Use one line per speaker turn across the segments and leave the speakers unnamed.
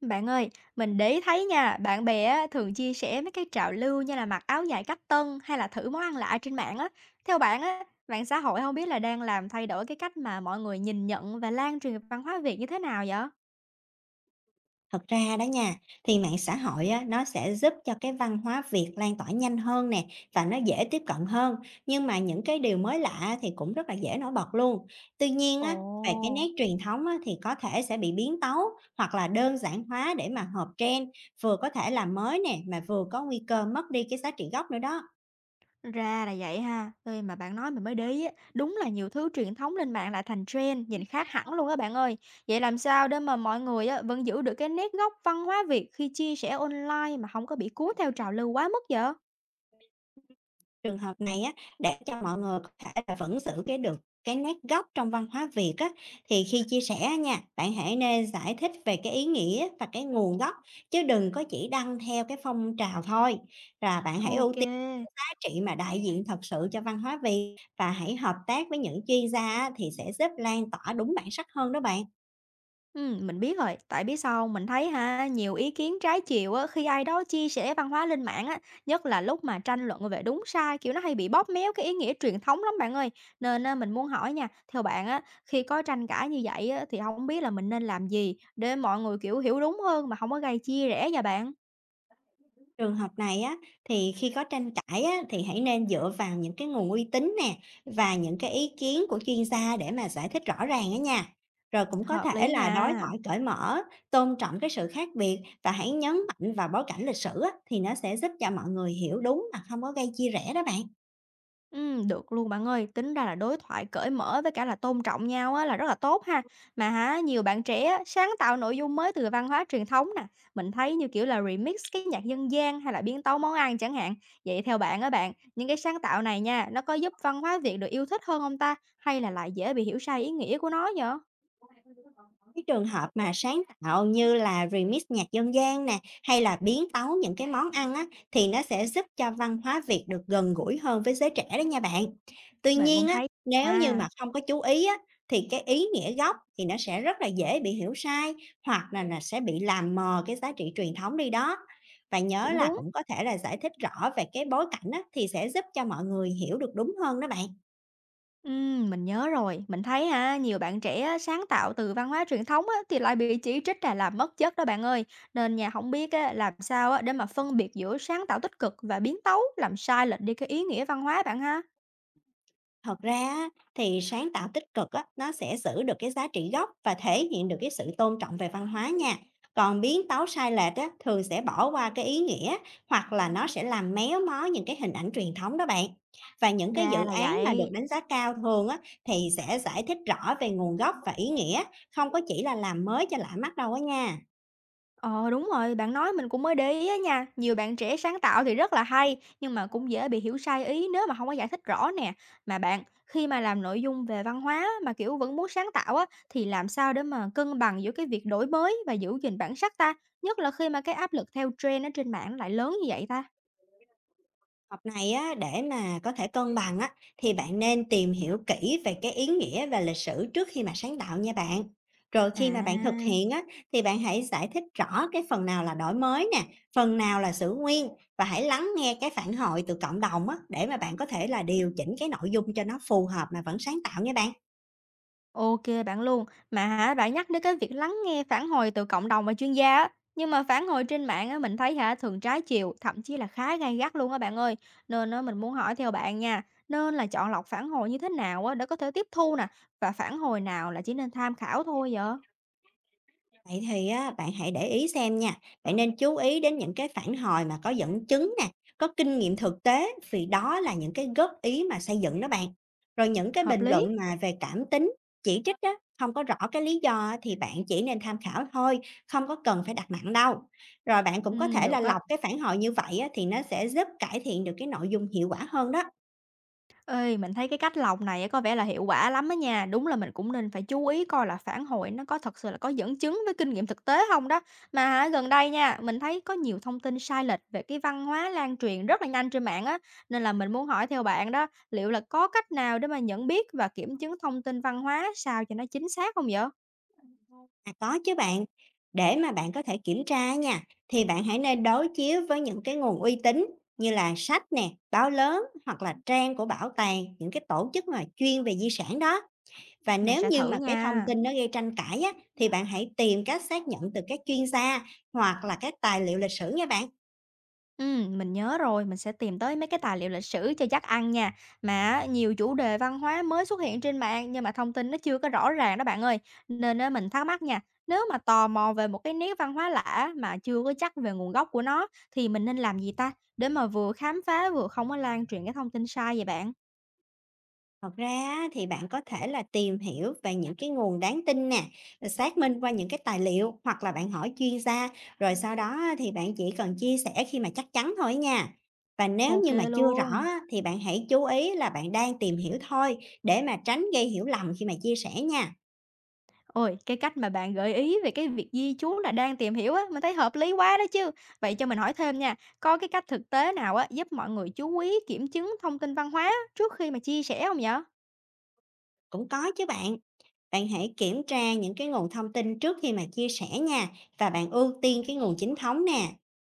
Bạn ơi, mình để ý thấy nha, bạn bè á, thường chia sẻ mấy cái trào lưu như là mặc áo dài cách tân hay là thử món ăn lạ trên mạng á. Theo bạn á, mạng xã hội không biết là đang làm thay đổi cái cách mà mọi người nhìn nhận và lan truyền văn hóa Việt như thế nào vậy?
Thật ra đó nha, thì mạng xã hội á, nó sẽ giúp cho cái văn hóa Việt lan tỏa nhanh hơn nè và nó dễ tiếp cận hơn. Nhưng mà những cái điều mới lạ thì cũng rất là dễ nổi bật luôn. Tuy nhiên
Ồ,
á, về cái nét truyền thống á, thì có thể sẽ bị biến tấu hoặc là đơn giản hóa để mà hợp trend, vừa có thể là mới nè mà vừa có nguy cơ mất đi cái giá trị gốc nữa đó.
ra là vậy ha. Ê, mà bạn nói mình mới để ý á, đúng là nhiều thứ truyền thống lên mạng lại thành trend, nhìn khác hẳn luôn á bạn ơi. Vậy làm sao để mà mọi người á, vẫn giữ được cái nét gốc văn hóa Việt khi chia sẻ online mà không có bị cuốn theo trào lưu quá mức vậy?
Trường hợp này á, để cho mọi người có thể là vẫn giữ cái được cái nét gốc trong văn hóa Việt á, thì khi chia sẻ á nha, bạn hãy nên giải thích về cái ý nghĩa và cái nguồn gốc, chứ đừng có chỉ đăng theo cái phong trào thôi. Và bạn hãy ưu
Ok.
tiên giá trị mà đại diện thật sự cho văn hóa Việt, và hãy hợp tác với những chuyên gia á, thì sẽ giúp lan tỏa đúng bản sắc hơn đó bạn.
Mình biết rồi, tại biết sao hông? Mình thấy ha, nhiều ý kiến trái chiều á, khi ai đó chia sẻ văn hóa lên mạng á, nhất là lúc mà tranh luận về đúng sai, kiểu, nó hay bị bóp méo cái ý nghĩa truyền thống lắm bạn ơi. Nên á, mình muốn hỏi nha, theo bạn á, khi có tranh cãi như vậy á, thì không biết là mình nên làm gì để mọi người, kiểu, hiểu đúng hơn mà không có gây chia rẽ nha bạn?
Trường hợp này á, thì khi có tranh cãi á, thì hãy nên dựa vào những cái nguồn uy tín nè và những cái ý kiến của chuyên gia để mà giải thích rõ ràng á nha. Rồi cũng có
Hợp
thể
lý
là đối
nha.
thoại cởi mở, tôn trọng cái sự khác biệt và hãy nhấn mạnh vào bối cảnh lịch sử á, thì nó sẽ giúp cho mọi người hiểu đúng mà không có gây chia rẽ đó bạn.
Được luôn bạn ơi. Tính ra là đối thoại cởi mở với cả là tôn trọng nhau á là rất là tốt ha. Mà hả, nhiều bạn trẻ á, sáng tạo nội dung mới từ văn hóa truyền thống nè. Mình thấy như kiểu là remix cái nhạc dân gian hay là biến tấu món ăn chẳng hạn. Vậy theo bạn á bạn, những cái sáng tạo này nha, nó có giúp văn hóa Việt được yêu thích hơn không ta? Hay là lại dễ bị hiểu sai ý nghĩa của nó vậy?
Cái trường hợp mà sáng tạo như là remix nhạc dân gian nè, hay là biến tấu những cái món ăn á, thì nó sẽ giúp cho văn hóa Việt được gần gũi hơn với giới trẻ đó nha bạn. Tuy
Mình cũng
nhiên á,
thấy
nếu như
à,
mà không có chú ý á, thì cái ý nghĩa gốc thì nó sẽ rất là dễ bị hiểu sai hoặc là, sẽ bị làm mờ cái giá trị truyền thống đi đó. Và nhớ
cũng
là
đúng.
cũng có thể là giải thích rõ về cái bối cảnh á, thì sẽ giúp cho mọi người hiểu được đúng hơn đó bạn.
Mình nhớ rồi, mình thấy ha, nhiều bạn trẻ á, sáng tạo từ văn hóa truyền thống á, thì lại bị chỉ trích là làm mất chất đó bạn ơi. Nên nhà không biết á, làm sao á, để mà phân biệt giữa sáng tạo tích cực và biến tấu, làm sai lệch đi cái ý nghĩa văn hóa bạn ha.
Thật ra á, thì sáng tạo tích cực á, nó sẽ giữ được cái giá trị gốc và thể hiện được cái sự tôn trọng về văn hóa nha. Còn biến tấu sai lệch á, thường sẽ bỏ qua cái ý nghĩa hoặc là nó sẽ làm méo mó những cái hình ảnh truyền thống đó bạn. Và những cái
Ra
dự
là
án mà được
vậy.
đánh giá cao thường á, thì sẽ giải thích rõ về nguồn gốc và ý nghĩa, không có chỉ là làm mới cho lạ mắt đâu á nha.
Ờ, đúng rồi, bạn nói mình cũng mới để ý á nha. Nhiều bạn trẻ sáng tạo thì rất là hay, nhưng mà cũng dễ bị hiểu sai ý nếu mà không có giải thích rõ nè. Mà bạn, khi mà làm nội dung về văn hóa mà kiểu vẫn muốn sáng tạo á, thì làm sao để mà cân bằng giữa cái việc đổi mới và giữ gìn bản sắc ta? Nhất là khi mà cái áp lực theo trend ở trên mạng lại lớn như vậy ta.
Học này á, để mà có thể cân bằng á, thì bạn nên tìm hiểu kỹ về cái ý nghĩa và lịch sử trước khi mà sáng tạo nha bạn. Rồi khi mà bạn thực
À.
hiện á, thì bạn hãy giải thích rõ cái phần nào là đổi mới nè, phần nào là giữ nguyên, và hãy lắng nghe cái phản hồi từ cộng đồng á, để mà bạn có thể là điều chỉnh cái nội dung cho nó phù hợp mà vẫn sáng tạo nha bạn.
OK, bạn luôn. Mà hả, bạn nhắc đến cái việc lắng nghe phản hồi từ cộng đồng và chuyên gia á, nhưng mà phản hồi trên mạng á, mình thấy hả, thường trái chiều, thậm chí là khá gay gắt luôn á bạn ơi. Nên á, mình muốn hỏi theo bạn nha, nên là chọn lọc phản hồi như thế nào á, để có thể tiếp thu nè, và phản hồi nào là chỉ nên tham khảo thôi vậy?
Vậy thì á, bạn hãy để ý xem nha, bạn nên chú ý đến những cái phản hồi mà có dẫn chứng nè, có kinh nghiệm thực tế, vì đó là những cái góp ý mà xây dựng đó bạn. Rồi những cái
Hợp
bình
lý.
luận mà về cảm tính, chỉ trích á, không có rõ cái lý do á, thì bạn chỉ nên tham khảo thôi, không có cần phải đặt nặng đâu. Rồi bạn cũng
Ừ,
có thể là
được á.
lọc cái phản hồi như vậy á, thì nó sẽ giúp cải thiện được cái nội dung hiệu quả hơn đó.
Ê, mình thấy cái cách lọc này á có vẻ là hiệu quả lắm á nha. Đúng là mình cũng nên phải chú ý coi là phản hồi nó có thật sự là có dẫn chứng với kinh nghiệm thực tế không đó. Mà hả, gần đây nha, mình thấy có nhiều thông tin sai lệch về cái văn hóa lan truyền rất là nhanh trên mạng á. Nên là mình muốn hỏi theo bạn đó, liệu là có cách nào để mà nhận biết và kiểm chứng thông tin văn hóa sao cho nó chính xác không vậy?
À, có chứ bạn. Để mà bạn có thể kiểm tra á nha, thì bạn hãy nên đối chiếu với những cái nguồn uy tín như là sách nè, báo lớn hoặc là trang của bảo tàng, những cái tổ chức mà chuyên về di sản đó. Và
Mình
nếu
sẽ
như
thử
mà cái thông
nha.
tin nó gây tranh cãi á, thì bạn hãy tìm cách xác nhận từ các chuyên gia hoặc là các tài liệu lịch sử nha bạn.
Mình nhớ rồi, mình sẽ tìm tới mấy cái tài liệu lịch sử cho chắc ăn nha. Mà á, nhiều chủ đề văn hóa mới xuất hiện trên mạng nhưng mà thông tin nó chưa có rõ ràng đó bạn ơi. Nên á, mình thắc mắc nha, nếu mà tò mò về một cái nét văn hóa lạ mà chưa có chắc về nguồn gốc của nó thì mình nên làm gì ta? Để mà vừa khám phá vừa không có lan truyền cái thông tin sai vậy bạn.
Thật ra á, thì bạn có thể là tìm hiểu về những cái nguồn đáng tin nè, rồi xác minh qua những cái tài liệu hoặc là bạn hỏi chuyên gia, rồi sau đó á, thì bạn chỉ cần chia sẻ khi mà chắc chắn thôi nha. Và nếu
Ok
như mà chưa rõ
luôn.
á, thì bạn hãy chú ý là bạn đang tìm hiểu thôi, để mà tránh gây hiểu lầm khi mà chia sẻ nha.
Ôi, cái cách mà bạn gợi ý về cái việc di trú là đang tìm hiểu á, mình thấy hợp lý quá đó chứ. Vậy cho mình hỏi thêm nha, có cái cách thực tế nào á giúp mọi người chú ý kiểm chứng thông tin văn hóa trước khi mà chia sẻ không nhở?
Cũng có chứ bạn. Bạn hãy kiểm tra những cái nguồn thông tin trước khi mà chia sẻ nha, và bạn ưu tiên cái nguồn chính thống nè.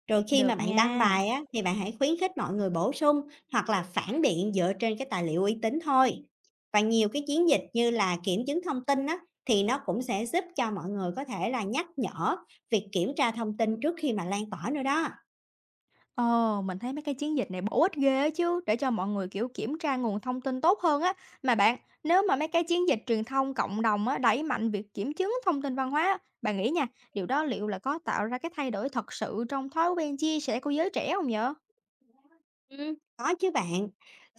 Rồi khi mà
Được
bạn đăng
nha.
bài á, thì bạn hãy khuyến khích mọi người bổ sung hoặc là phản biện dựa trên cái tài liệu uy tín thôi. Và nhiều cái chiến dịch như là kiểm chứng thông tin á, thì nó cũng sẽ giúp cho mọi người có thể là nhắc nhở việc kiểm tra thông tin trước khi mà lan tỏa nữa đó.
Ồ, mình thấy mấy cái chiến dịch này bổ ích ghê á chứ, để cho mọi người kiểu kiểm tra nguồn thông tin tốt hơn á. Mà bạn, nếu mà mấy cái chiến dịch truyền thông cộng đồng á đẩy mạnh việc kiểm chứng thông tin văn hóa, á, bạn nghĩ nha, điều đó liệu là có tạo ra cái thay đổi thật sự trong thói quen chia sẻ của giới trẻ không nhở?
Có chứ bạn.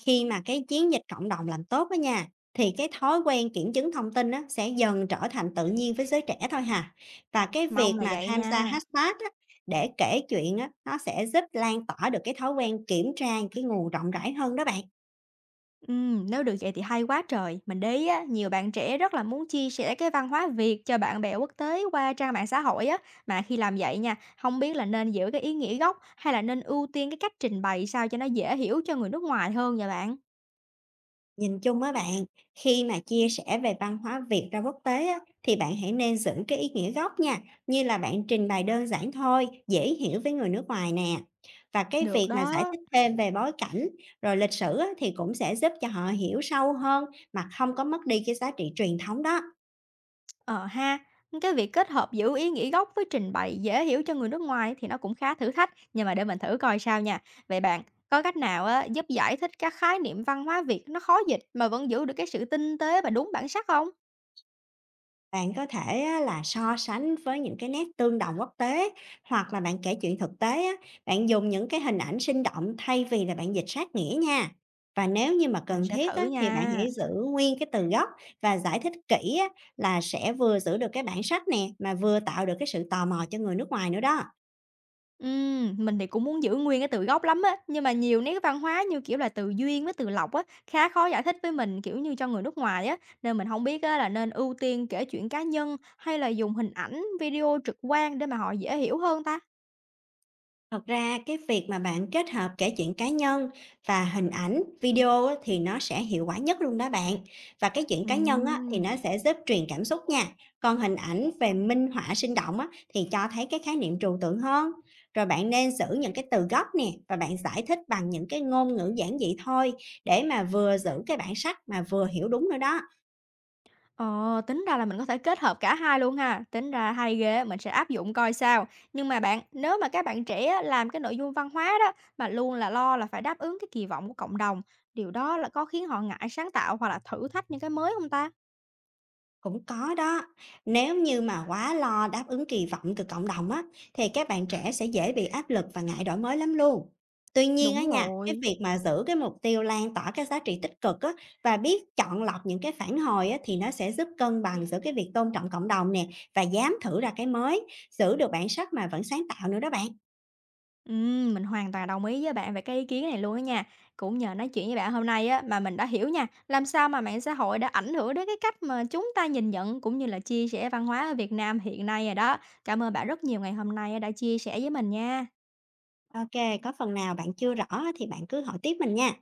Khi mà cái chiến dịch cộng đồng làm tốt đó nha, thì cái thói quen kiểm chứng thông tin á, sẽ dần trở thành tự nhiên với giới trẻ thôi hà. Và cái
Mong
việc
là
mà
vậy
tham gia
nha.
hashtag á, để kể chuyện á, nó sẽ giúp lan tỏa được cái thói quen kiểm tra cái nguồn rộng rãi hơn đó bạn.
Nếu được vậy thì hay quá trời. Mình để ý á, nhiều bạn trẻ rất là muốn chia sẻ cái văn hóa Việt cho bạn bè quốc tế qua trang mạng xã hội á. Mà khi làm vậy nha, không biết là nên giữ cái ý nghĩa gốc hay là nên ưu tiên cái cách trình bày sao cho nó dễ hiểu cho người nước ngoài hơn vậy bạn?
Nhìn chung á bạn, khi mà chia sẻ về văn hóa Việt ra quốc tế á, thì bạn hãy nên giữ cái ý nghĩa gốc nha, như là bạn trình bày đơn giản thôi, dễ hiểu với người nước ngoài nè. Và cái
Được
việc mà giải
đó.
thích thêm về bối cảnh, rồi lịch sử á, thì cũng sẽ giúp cho họ hiểu sâu hơn mà không có mất đi cái giá trị truyền thống đó.
Ờ ha, cái việc kết hợp giữ ý nghĩa gốc với trình bày dễ hiểu cho người nước ngoài thì nó cũng khá thử thách. Nhưng mà để mình thử coi sao nha. Vậy bạn, có cách nào á, giúp giải thích các khái niệm văn hóa Việt nó khó dịch mà vẫn giữ được cái sự tinh tế và đúng bản sắc không?
Bạn có thể á, là so sánh với những cái nét tương đồng quốc tế hoặc là bạn kể chuyện thực tế á, bạn dùng những cái hình ảnh sinh động thay vì là bạn dịch sát nghĩa nha. Và nếu như mà
Mình
cần
sẽ
thiết
thử
á, thì bạn hãy
nha.
giữ nguyên cái từ gốc và giải thích kỹ á, là sẽ vừa giữ được cái bản sắc nè mà vừa tạo được cái sự tò mò cho người nước ngoài nữa đó.
Mình thì cũng muốn giữ nguyên cái từ gốc lắm á, nhưng mà nhiều nét văn hóa như, kiểu là, từ duyên với từ lộc á, khá khó giải thích với mình, kiểu như, cho người nước ngoài á, nên mình không biết á là nên ưu tiên kể chuyện cá nhân hay là dùng hình ảnh, video trực quan để mà họ dễ hiểu hơn ta?
Thật ra cái việc mà bạn kết hợp kể chuyện cá nhân và hình ảnh, video á, thì nó sẽ hiệu quả nhất luôn đó bạn. Và cái chuyện cá nhân á, thì nó
Ừm.
sẽ giúp truyền cảm xúc nha. Còn hình ảnh về minh họa sinh động á, thì cho thấy cái khái niệm trừu tượng hơn. Rồi bạn nên giữ những cái từ gốc nè và bạn giải thích bằng những cái ngôn ngữ giản dị thôi, để mà vừa giữ cái bản sắc mà vừa hiểu đúng nữa đó.
Ờ, tính ra là mình có thể kết hợp cả hai luôn ha. Tính ra hay ghê, mình sẽ áp dụng coi sao. Nhưng mà bạn, nếu mà các bạn trẻ á, làm cái nội dung văn hóa đó mà luôn là lo là phải đáp ứng cái kỳ vọng của cộng đồng, điều đó là có khiến họ ngại sáng tạo hoặc là thử thách những cái mới không ta?
Cũng có đó. Nếu như mà quá lo đáp ứng kỳ vọng từ cộng đồng á, thì các bạn trẻ sẽ dễ bị áp lực và ngại đổi mới lắm luôn. Tuy nhiên á
Đúng
nha, cái
rồi.
việc mà giữ cái mục tiêu lan tỏa các giá trị tích cực á, và biết chọn lọc những cái phản hồi á, thì nó sẽ giúp cân bằng giữa cái việc tôn trọng cộng đồng nè và dám thử ra cái mới, giữ được bản sắc mà vẫn sáng tạo nữa đó bạn.
Mình hoàn toàn đồng ý với bạn về cái ý kiến này luôn á nha. Cũng nhờ nói chuyện với bạn hôm nay á mà mình đã hiểu nha, làm sao mà mạng xã hội đã ảnh hưởng đến cái cách mà chúng ta nhìn nhận cũng như là chia sẻ văn hóa ở Việt Nam hiện nay rồi đó. Cảm ơn bạn rất nhiều ngày hôm nay đã chia sẻ với mình nha.
Ok, có phần nào bạn chưa rõ á, thì bạn cứ hỏi tiếp mình nha.